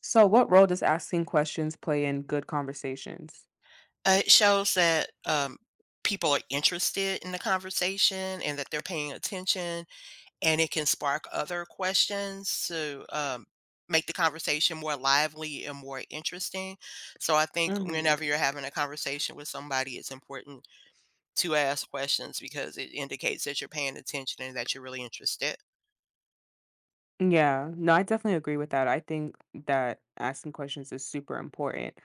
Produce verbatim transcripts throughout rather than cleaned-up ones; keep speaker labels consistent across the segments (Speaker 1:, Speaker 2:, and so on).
Speaker 1: So, what role does asking questions play in good conversations?
Speaker 2: Uh, it shows that, um, people are interested in the conversation and that they're paying attention, and it can spark other questions to, um, make the conversation more lively and more interesting. So I think
Speaker 1: Hmm.
Speaker 2: whenever you're having a conversation with somebody, it's important to ask questions because it indicates that you're paying attention and that you're really interested.
Speaker 1: Yeah. No, I definitely agree with that. I think that asking questions is super important.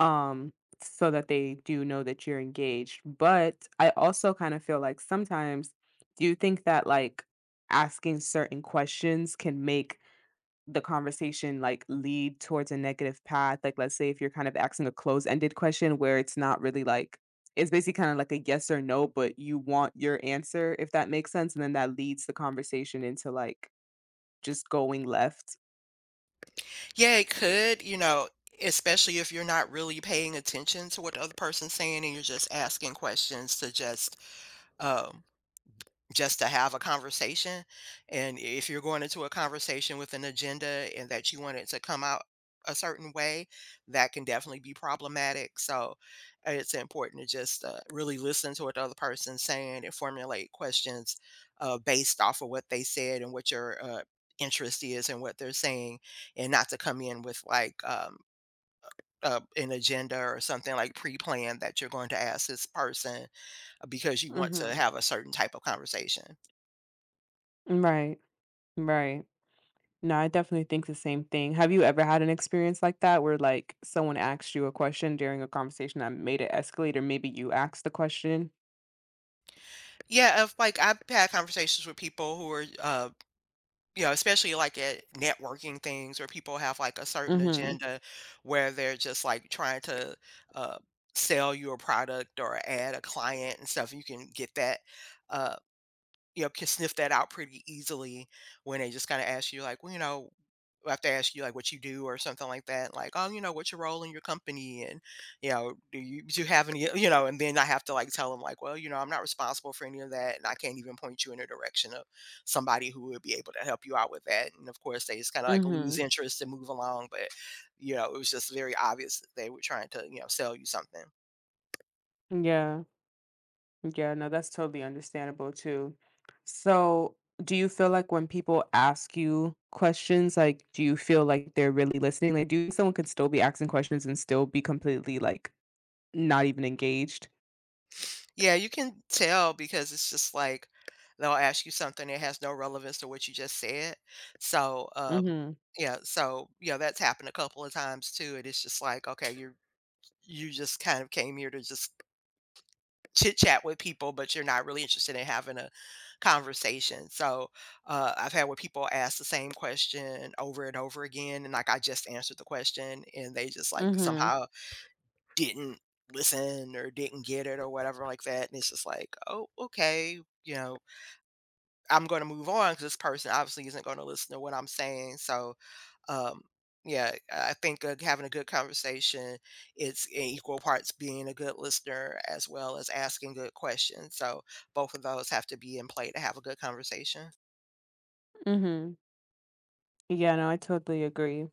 Speaker 1: Um so that they do know that you're engaged. But I also kind of feel like sometimes, do you think that, like, asking certain questions can make the conversation, like, lead towards a negative path? Like, let's say if you're kind of asking a closed-ended question where it's not really like, it's basically kind of like a yes or no, but you want your answer, if that makes sense. And then that leads the conversation into like just going left.
Speaker 2: Yeah, it could, you know, especially if you're not really paying attention to what the other person's saying and you're just asking questions to just um just to have a conversation. And if you're going into a conversation with an agenda and that you want it to come out a certain way, that can definitely be problematic. So uh, it's important to just uh, really listen to what the other person's saying and formulate questions uh, based off of what they said and what your uh, interest is and what they're saying, and not to come in with like, um, uh, an agenda or something like pre-planned that you're going to ask this person uh, because you want to
Speaker 1: Mhm.
Speaker 2: have a certain type of conversation.
Speaker 1: Right. Right. No, I definitely think the same thing. Have you ever had an experience like that where, like, someone asked you a question during a conversation that made it escalate, or maybe you asked the question?
Speaker 2: Yeah, if like I've had conversations with people who are uh, you know, especially like at networking things where people have like a certain
Speaker 1: Mhm.
Speaker 2: agenda where they're just like trying to uh, sell you a product or add a client and stuff. You can get that uh, you know, can sniff that out pretty easily when they just kinda ask you, like, well, you know, have to ask you, like, what you do or something like that, like, "Oh, you know, what's your role in your company?" And, you know, "Do you do you have any," you know, and then I have to, like, tell them, like, "Well, you know, I'm not responsible for any of that, and I can't even point you in the direction of somebody who would be able to help you out with that." And, of course, they just kinda, like, lose
Speaker 1: Mhm.
Speaker 2: interest and move along, but, you know, it was just very obvious that they were trying to, you know, sell you something.
Speaker 1: Yeah. Yeah, no, that's totally understandable too. So, do you feel like when people ask you questions, like, do you feel like they're really listening? Like, do you think someone could still be asking questions and still be completely, like, not even engaged?
Speaker 2: Yeah, you can tell because it's just like they'll ask you something that has no relevance to what you just said. So, um,
Speaker 1: Mhm.
Speaker 2: yeah, so yeah, that's happened a couple of times too. And it's just like, okay, you're you just kind of came here to just chit chat with people, but you're not really interested in having a conversation. So uh, I've had where people ask the same question over and over again, and like I just answered the question, and they just like
Speaker 1: Mhm.
Speaker 2: somehow didn't listen or didn't get it or whatever like that. And it's just like, oh, okay, you know, I'm going to move on because this person obviously isn't going to listen to what I'm saying. So, um, yeah, I think uh, having a good conversation, it's in equal parts being a good listener as well as asking good questions. So both of those have to be in play to have a good conversation.
Speaker 1: Mm-hmm. Yeah, no, I totally agree.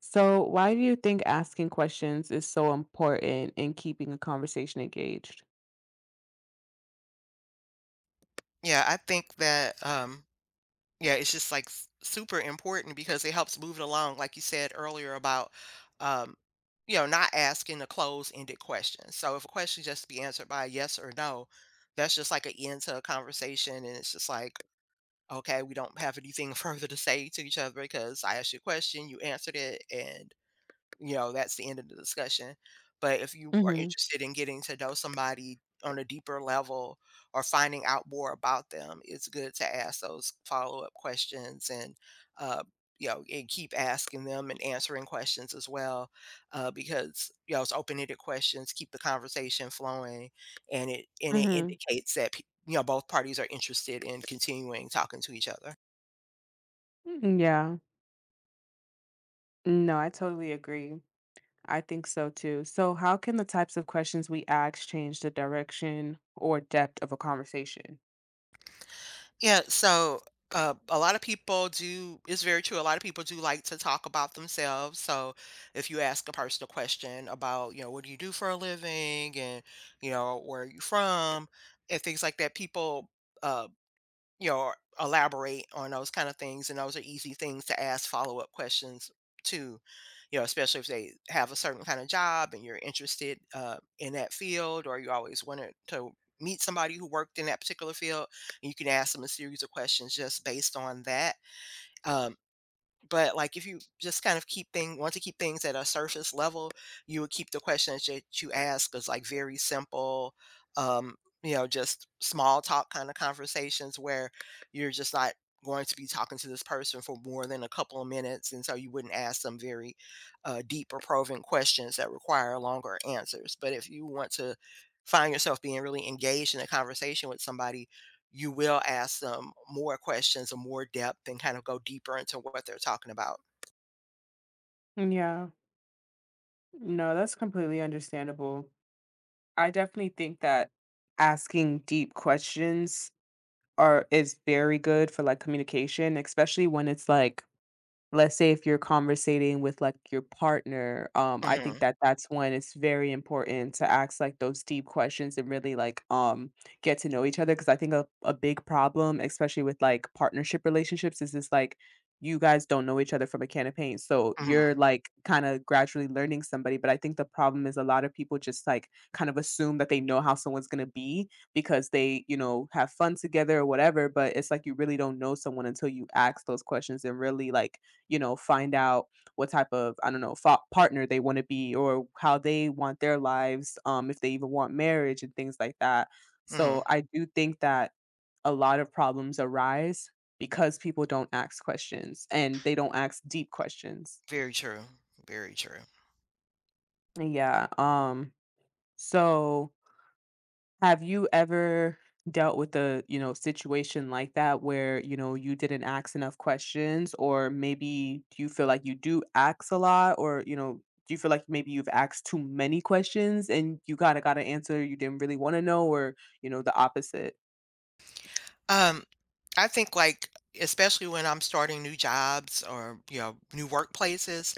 Speaker 1: So, why do you think asking questions is so important in keeping a conversation engaged?
Speaker 2: Yeah, I think that um, Yeah, it's just, like, s super important because it helps move it along, like you said earlier about, um, you know, not asking a closed-ended question. So if a question just be answered by a yes or no, that's just like an end to a conversation, and it's just like, "Okay, we don't have anything further to say to each other because I asked you a question, you answered it, and" you know, that's the end of the discussion. But if you are
Speaker 1: Mm-hmm.
Speaker 2: interested in getting to know somebody on a deeper level or finding out more about them, it's good to ask those follow-up questions and, uh, you know, and keep asking them and answering questions as well, uh, because you know it's open-ended questions keep the conversation flowing, and it and it
Speaker 1: Mm-hmm.
Speaker 2: indicates that pe- you know both parties are interested in continuing talking to each other.
Speaker 1: Yeah. No, I totally agree. I think so too. So, how can the types of questions we ask change the direction or depth of a conversation?
Speaker 2: Yeah, so uh, a lot of people do, it's very true. A lot of people do like to talk about themselves. So if you ask a personal question about, you know, what do you do for a living and, you know, where are you from and things like that, people uh, you know, or elaborate on those kind of things. And those are easy things to ask follow up questions to, you know, especially if they have a certain kind of job and you're interested uh, in that field or you always wanted to meet somebody who worked in that particular field. And you can ask them a series of questions just based on that. Um, but, like, if you just kind of keep thing want to keep things at a surface level, you would keep the questions that you ask as, like, very simple, um, you know, just small talk kinda conversations where you're just not going to be talking to this person for more than a couple of minutes, and so you wouldn't ask some very, uh, deep or probing questions that require longer answers. But if you want to find yourself being really engaged in a conversation with somebody, you will ask them more questions and more depth and kind of go deeper into what they're talking about.
Speaker 1: Yeah. No, that's completely understandable. I definitely think that asking deep questions are is very good for like communication, especially when it's like. Let's say if you're conversating with, like, your partner, um, I think
Speaker 2: Mhm,
Speaker 1: that that's when it's very important to ask, like, those deep questions and really, like, um, get to know each other. Because I think a a big problem, especially with, like, partnership relationships is this like, you guys don't know each other from a can of paint, so
Speaker 2: mhm,
Speaker 1: you're, like, kinda gradually learning somebody, but I think the problem is a lot of people just, like, kind of assume that they know how someone's gonna be because they, you know, have fun together or whatever, but it's like you really don't know someone until you ask those questions and really, like, you know, find out what type of, I don't know, fa partner they wanna be or how they want their lives, um, if they even want marriage and things like that. So
Speaker 2: mhm.
Speaker 1: I do think that a lot of problems arise because people don't ask questions and they don't ask deep questions.
Speaker 2: Very true, very true.
Speaker 1: Yeah, um, so Have you ever dealt with a, you know, situation like that where, you know, you didn't ask enough questions or maybe do you feel like you do ask a lot or, you know, do you feel like maybe you've asked too many questions and you kind of got an answer you didn't really want to know or, you know, the opposite?
Speaker 2: Um, I think, like, especially when I'm starting new jobs or, you know, new workplaces,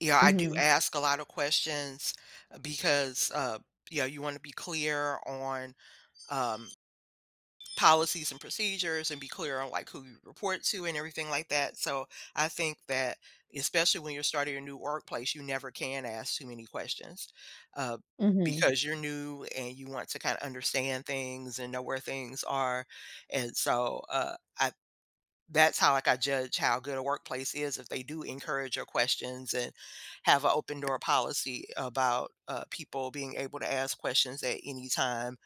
Speaker 2: you know, I do
Speaker 1: Mm-hmm.
Speaker 2: ask a lot of questions uh, because, uh, you know, you want to be clear on, um, policies and procedures and be clear on like who you report to and everything like that. So I think that especially when you're starting a new workplace, you never can ask too many questions uh,
Speaker 1: Mm-hmm.
Speaker 2: because you're new and you want to kind of understand things and know where things are. And so uh, I that's how, like, I judge how good a workplace is if they do encourage your questions and have an open door policy about, uh, people being able to ask questions at any time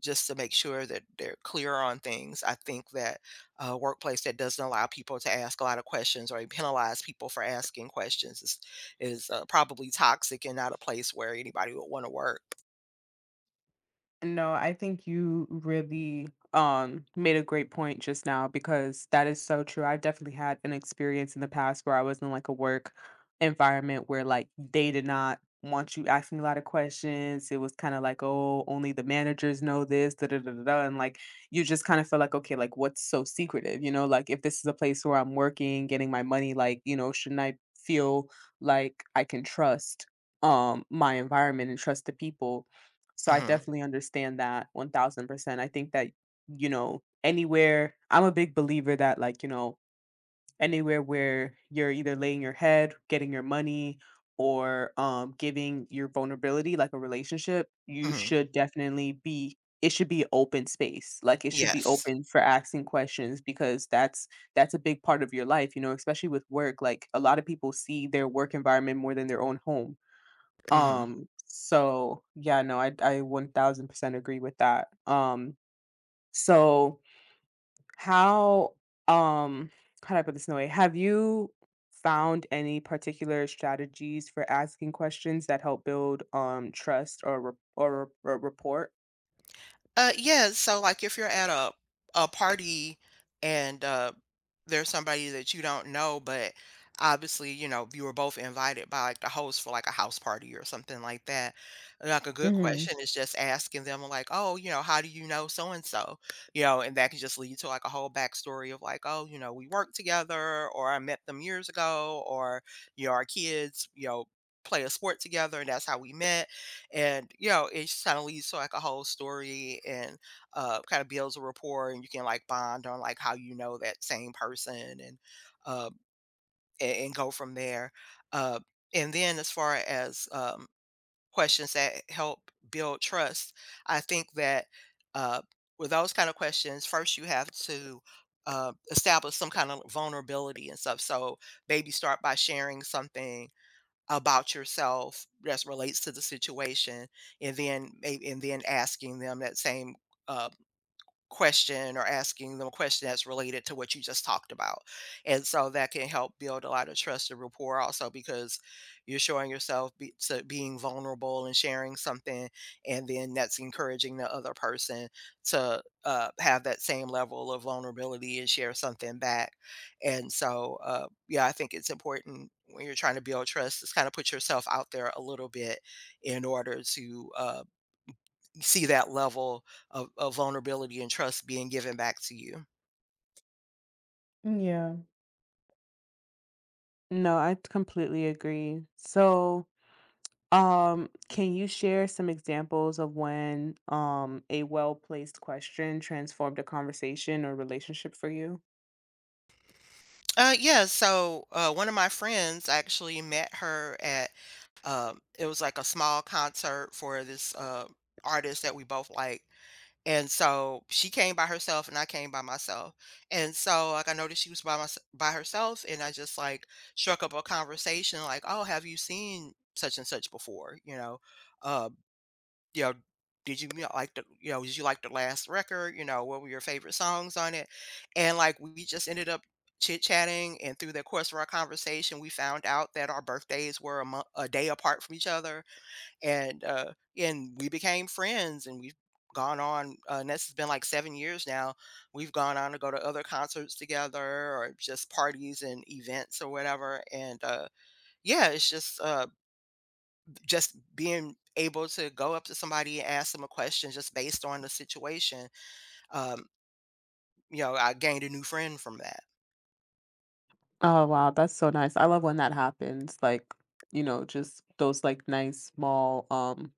Speaker 2: just to make sure that they're clear on things. I think that a workplace that doesn't allow people to ask a lot of questions or penalize people for asking questions is is, uh, probably toxic and not a place where anybody would wanna work.
Speaker 1: No, I think you really um made a great point just now because that is so true. I've definitely had an experience in the past where I was in like a work environment where like they did not want you asking a lot of questions. It was kind of like, oh, only the managers know this, da da da da. Da," And like you just kind of feel like, okay, like what's so secretive? You know, like if this is a place where I'm working, getting my money, like, you know, shouldn't I feel like I can trust um my environment and trust the people? So I
Speaker 2: Mhm.
Speaker 1: definitely understand that one thousand percent. I think that, you know, anywhere, I'm a big believer that, like, you know, anywhere where you're either laying your head, getting your money, or um, giving your vulnerability, like a relationship, you
Speaker 2: Mhm.
Speaker 1: should definitely be, it should be open space. Like it should be
Speaker 2: Yes.
Speaker 1: open for asking questions because that's, that's a big part of your life, you know, especially with work. Like a lot of people see their work environment more than their own home.
Speaker 2: Mhm.
Speaker 1: Um, so yeah, no, I I one thousand percent agree with that. Um, so how um how do I put this in a way? Have you found any particular strategies for asking questions that help build um trust or rap- or, or rapport?
Speaker 2: Uh, yeah, so, like, if you're at a a party and, uh, there's somebody that you don't know, but obviously, you know, you were both invited by, like, the host for, like, a house party or something like that, like, a good
Speaker 1: Hmm.
Speaker 2: question is just asking them, like, "Oh, you know, how do you know so and so?" You know, and that can just lead to, like, a whole backstory of, like, "Oh, you know, we worked together," or, "I met them years ago," or, you know, "Our kids, you know, play a sport together, and that's how we met." And you know it just kind of leads to like a whole story and uh kind of builds a rapport and you can like bond on like how you know that same person and uh and, and go from there. Uh and then as far as um questions that help build trust, I think that, uh with those kind of questions, first you have to uh, establish some kind of vulnerability and stuff. So maybe start by sharing something about yourself that relates to the situation, and then may and then asking them that same, uh, question, or asking them a question that's related to what you just talked about. And so that can help build a lot of trust and rapport also because you're showing yourself be, to being vulnerable and sharing something. And then that's encouraging the other person to uh, have that same level of vulnerability and share something back. And so, uh, yeah, I think it's important when you're trying to build trust is kind of put yourself out there a little bit in order to uh, see that level of, of vulnerability and trust being given back to you.
Speaker 1: Yeah. No, I completely agree. So, Um, can you share some examples of when, um, a well-placed question transformed a conversation or relationship for you?
Speaker 2: Uh, yeah, so uh, one of my friends, I actually met her at um, it was like a small concert for this uh, artist that we both like. And so she came by herself and I came by myself. And so like I noticed she was by my, by herself and I just like struck up a conversation like, "Oh, have you seen such and such before?" You know, uh, you know, did you, you know, like the you know, did you like the last record? You know, what were your favorite songs on it? And like we just ended up chit-chatting, and through the course of our conversation, we found out that our birthdays were a, mo- a day apart from each other, and, uh, and we became friends and we've gone on, uh, and this has been like seven years now. We've gone on to go to other concerts together or just parties and events or whatever, and, uh, yeah, it's just, uh, just being able to go up to somebody and ask them a question just based on the situation. um you know, I gained a new friend from that.
Speaker 1: Oh, wow, that's so nice. I love when that happens, like, you know, just those, like, nice small, um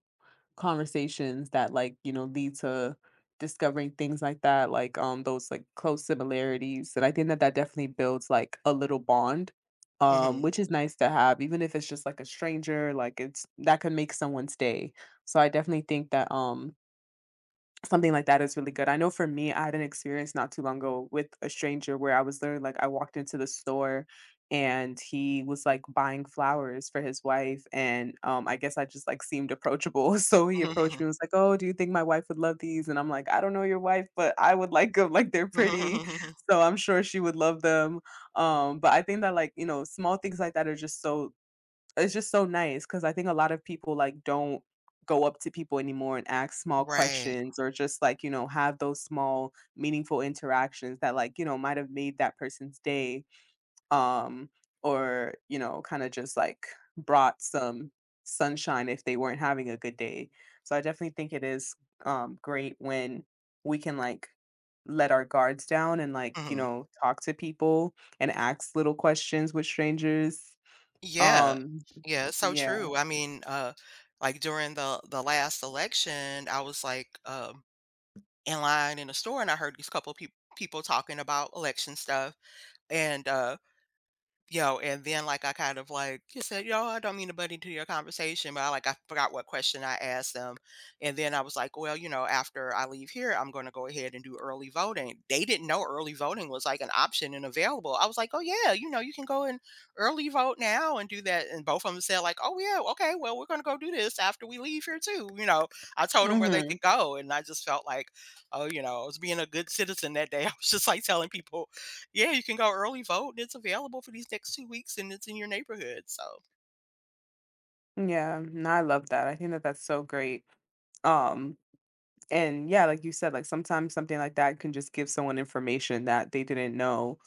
Speaker 1: conversations that, like, you know, lead to discovering things like that, like um those like close similarities. And I think that that definitely builds like a little bond. Um,
Speaker 2: Mhm.
Speaker 1: which is nice to have, even if it's just like a stranger, like it's that can make someone's day. So I definitely think that um something like that is really good. I know for me, I had an experience not too long ago with a stranger where I was literally like, I walked into the store and he was like buying flowers for his wife. And um, I guess I just like seemed approachable. So he approached me and was like, "Oh, do you think my wife would love these?" And I'm like, "I don't know your wife, but I would like them." Like, they're pretty. So I'm sure she would love them. Um, but I think that, like, you know, small things like that are just so, it's just so nice because I think a lot of people, like, don't go up to people anymore and ask small
Speaker 2: Right.
Speaker 1: questions or just, like, you know, have those small meaningful interactions that, like, you know, might have made that person's day, um, or, you know, kinda just, like, brought some sunshine if they weren't having a good day. So I definitely think it is, um, great when we can, like, let our guards down and, like, you
Speaker 2: Mhm.
Speaker 1: know, talk to people and ask little questions with strangers.
Speaker 2: Yeah.
Speaker 1: Um,
Speaker 2: Yeah, it's so
Speaker 1: yeah.
Speaker 2: true. I mean, uh, like during the the last election, I was like, um in line in a store and I heard these couple of peop people talking about election stuff and, uh you know, and then, like, I kind of, like, just said, "You know, I don't mean to butt into your conversation," but I, like I forgot what question I asked them, and then I was like, "Well, you know, after I leave here, I'm gonna go ahead and do early voting." They didn't know early voting was, like, an option and available. I was like, "Oh, yeah, you know, you can go and early vote now and do that," and both of them said, like, "Oh, yeah, okay, well, we're gonna go do this after we leave here too," you know? I told them where they
Speaker 1: Mhm.
Speaker 2: could go, and I just felt like, oh, you know, I was being a good citizen that day. I was just, like, telling people, yeah, you can go early vote, and it's available for these next two weeks, and it's in your neighborhood, so
Speaker 1: Yeah, no, I love that. I think that that's so great. Um, and yeah, like you said, like sometimes something like that can just give someone information that they didn't know,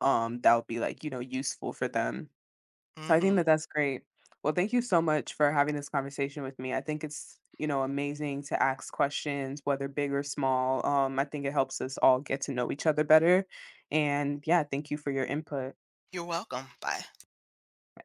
Speaker 1: um, that would be like, you know, useful for them. So I think that
Speaker 2: mhm.
Speaker 1: that's great. Well, thank you so much for having this conversation with me. I think it's, you know, amazing to ask questions, whether big or small. Um, I think it helps us all get to know each other better. And yeah, thank you for your input.
Speaker 2: You're welcome. Bye.